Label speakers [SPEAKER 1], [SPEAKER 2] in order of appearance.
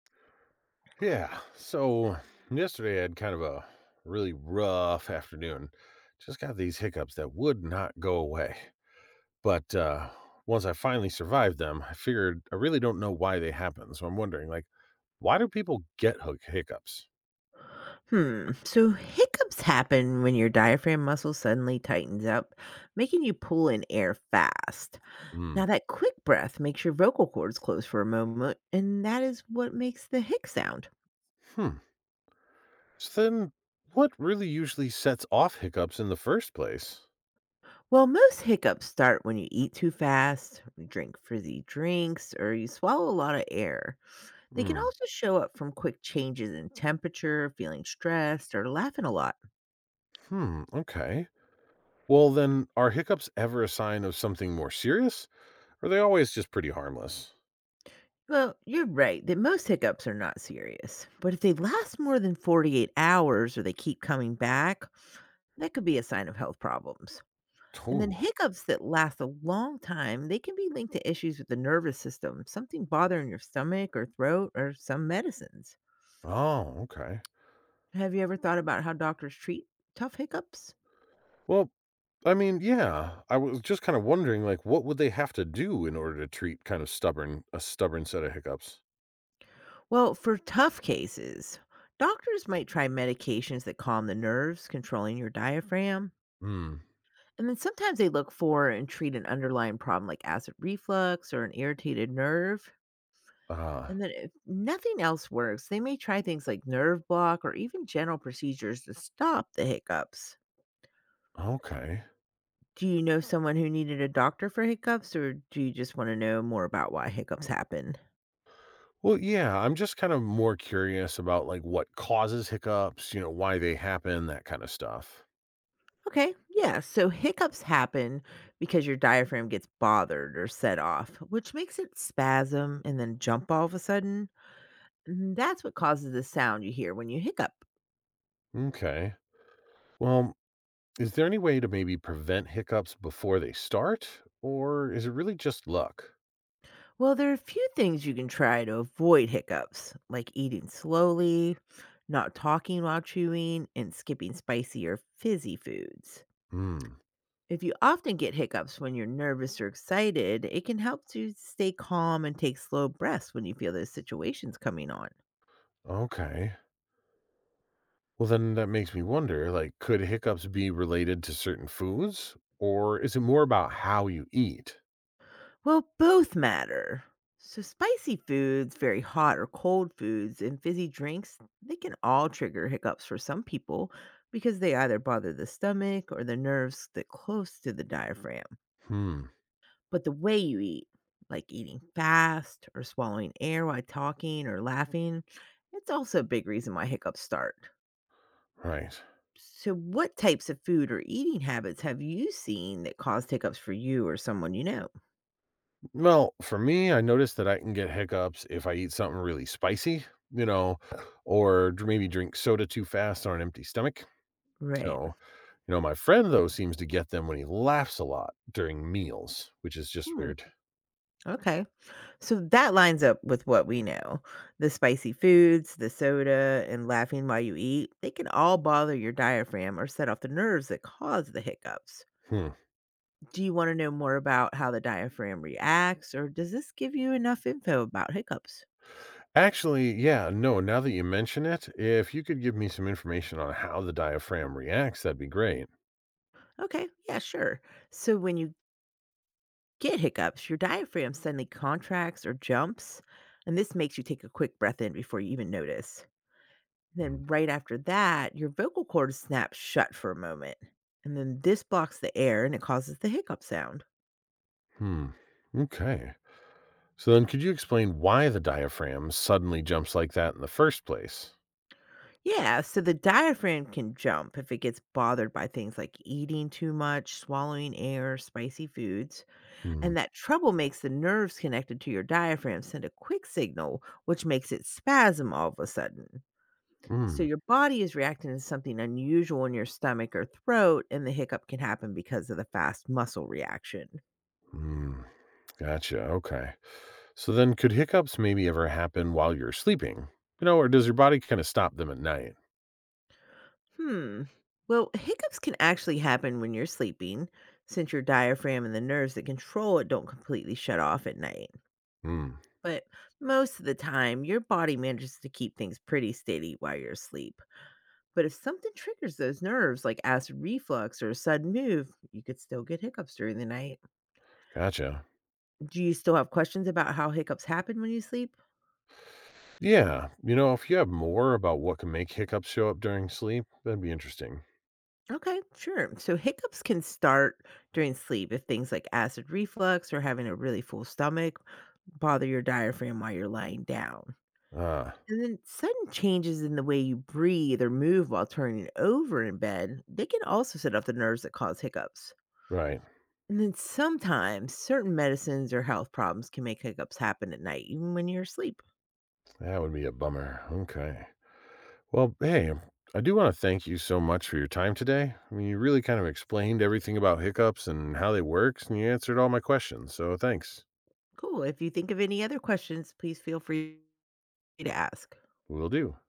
[SPEAKER 1] Yeah. So yesterday I had kind of a really rough afternoon. Just got these hiccups that would not go away. But once I finally survived them, I figured I really don't know why they happen. So I'm wondering, like, why do people get hiccups?
[SPEAKER 2] Hmm. So hiccups happen when your diaphragm muscle suddenly tightens up, making you pull in air fast.
[SPEAKER 1] Mm.
[SPEAKER 2] Now, that quick breath makes your vocal cords close for a moment, and that is what makes the hic sound.
[SPEAKER 1] Hmm. So then, what really usually sets off hiccups in the first place?
[SPEAKER 2] Well, most hiccups start when you eat too fast, you drink fizzy drinks, or you swallow a lot of air. They can
[SPEAKER 1] Mm.
[SPEAKER 2] also show up from quick changes in temperature, feeling stressed, or laughing a lot.
[SPEAKER 1] Hmm. Okay. Well, then, are hiccups ever a sign of something more serious? Or are they always just pretty harmless?
[SPEAKER 2] Well, you're right that most hiccups are not serious, but if they last more than 48 hours or they keep coming back, that could be a sign of health problems. And then
[SPEAKER 1] Ooh.
[SPEAKER 2] hiccups that last a long time, they can be linked to issues with the nervous system, something bothering your stomach or throat, or some medicines.
[SPEAKER 1] Oh, okay.
[SPEAKER 2] Have you ever thought about how doctors treat tough hiccups?
[SPEAKER 1] Well, I mean, yeah, I was just kind of wondering, like, what would they have to do in order to treat stubborn set of hiccups?
[SPEAKER 2] Well, for tough cases, doctors might try medications that calm the nerves, controlling your diaphragm.
[SPEAKER 1] Hmm.
[SPEAKER 2] And then sometimes they look for and treat an underlying problem like acid reflux or an irritated nerve.
[SPEAKER 1] Ah.
[SPEAKER 2] And then if nothing else works, they may try things like nerve block or even general procedures to stop the hiccups.
[SPEAKER 1] Okay.
[SPEAKER 2] Do you know someone who needed a doctor for hiccups, or do you just want to know more about why hiccups happen?
[SPEAKER 1] Well, yeah, I'm just kind of more curious about like what causes hiccups, why they happen, that kind of stuff.
[SPEAKER 2] Okay, yeah. So hiccups happen because your diaphragm gets bothered or set off, which makes it spasm and then jump all of a sudden. And that's what causes the sound you hear when you hiccup.
[SPEAKER 1] Okay. Well, is there any way to maybe prevent hiccups before they start, or is it really just luck?
[SPEAKER 2] Well, there are a few things you can try to avoid hiccups, like eating slowly, not talking while chewing, and skipping spicy or fizzy foods.
[SPEAKER 1] Hmm.
[SPEAKER 2] If you often get hiccups when you're nervous or excited, it can help to stay calm and take slow breaths when you feel those situations coming on.
[SPEAKER 1] Okay. Well, then that makes me wonder, like, could hiccups be related to certain foods, or is it more about how you eat?
[SPEAKER 2] Well, both matter. So, spicy foods, very hot or cold foods, and fizzy drinks, they can all trigger hiccups for some people because they either bother the stomach or the nerves that close to the diaphragm.
[SPEAKER 1] Hmm.
[SPEAKER 2] But the way you eat, like eating fast or swallowing air while talking or laughing, it's also a big reason why hiccups start.
[SPEAKER 1] Right.
[SPEAKER 2] So, what types of food or eating habits have you seen that caused hiccups for you or someone you know?
[SPEAKER 1] Well, for me, I noticed that I can get hiccups if I eat something really spicy, you know, or maybe drink soda too fast on an empty stomach.
[SPEAKER 2] Right.
[SPEAKER 1] So my friend, though, seems to get them when he laughs a lot during meals, which is just
[SPEAKER 2] Hmm.
[SPEAKER 1] weird.
[SPEAKER 2] Okay. So that lines up with what we know. The spicy foods, the soda, and laughing while you eat, they can all bother your diaphragm or set off the nerves that cause the hiccups.
[SPEAKER 1] Hmm.
[SPEAKER 2] Do you want to know more about how the diaphragm reacts, or does this give you enough info about hiccups?
[SPEAKER 1] Actually, yeah, no, now that you mention it, if you could give me some information on how the diaphragm reacts, that'd be great.
[SPEAKER 2] Okay, yeah, sure. So when you get hiccups, your diaphragm suddenly contracts or jumps, and this makes you take a quick breath in before you even notice. Then right after that, your vocal cords snap shut for a moment. And then this blocks the air and it causes the hiccup sound.
[SPEAKER 1] Hmm. Okay. So then, could you explain why the diaphragm suddenly jumps like that in the first place?
[SPEAKER 2] Yeah, so the diaphragm can jump if it gets bothered by things like eating too much, swallowing air, spicy foods.
[SPEAKER 1] Hmm.
[SPEAKER 2] And that trouble makes the nerves connected to your diaphragm send a quick signal, which makes it spasm all of a sudden. So
[SPEAKER 1] Mm.
[SPEAKER 2] your body is reacting to something unusual in your stomach or throat, and the hiccup can happen because of the fast muscle reaction.
[SPEAKER 1] Mm. Gotcha. Okay. So then, could hiccups maybe ever happen while you're sleeping? You know, or does your body kind of stop them at night?
[SPEAKER 2] Hmm. Well, hiccups can actually happen when you're sleeping, since your diaphragm and the nerves that control it don't completely shut off at night.
[SPEAKER 1] Hmm.
[SPEAKER 2] But most of the time, your body manages to keep things pretty steady while you're asleep. But if something triggers those nerves, like acid reflux or a sudden move, you could still get hiccups during the night.
[SPEAKER 1] Gotcha.
[SPEAKER 2] Do you still have questions about how hiccups happen when you sleep?
[SPEAKER 1] Yeah. You know, if you have more about what can make hiccups show up during sleep, that'd be interesting.
[SPEAKER 2] Okay, sure. So hiccups can start during sleep if things like acid reflux or having a really full stomach bother your diaphragm while you're lying down.
[SPEAKER 1] Ah,
[SPEAKER 2] And then sudden changes in the way you breathe or move while turning over in bed, they can also set off the nerves that cause hiccups.
[SPEAKER 1] right.
[SPEAKER 2] And then sometimes certain medicines or health problems can make hiccups happen at night, even when you're asleep.
[SPEAKER 1] That would be a bummer. Okay. Well, hey, I do want to thank you so much for your time today. I mean, you really kind of explained everything about hiccups and how they work, and you answered all my questions. So thanks.
[SPEAKER 2] Cool. If you think of any other questions, please feel free to ask.
[SPEAKER 1] Will do.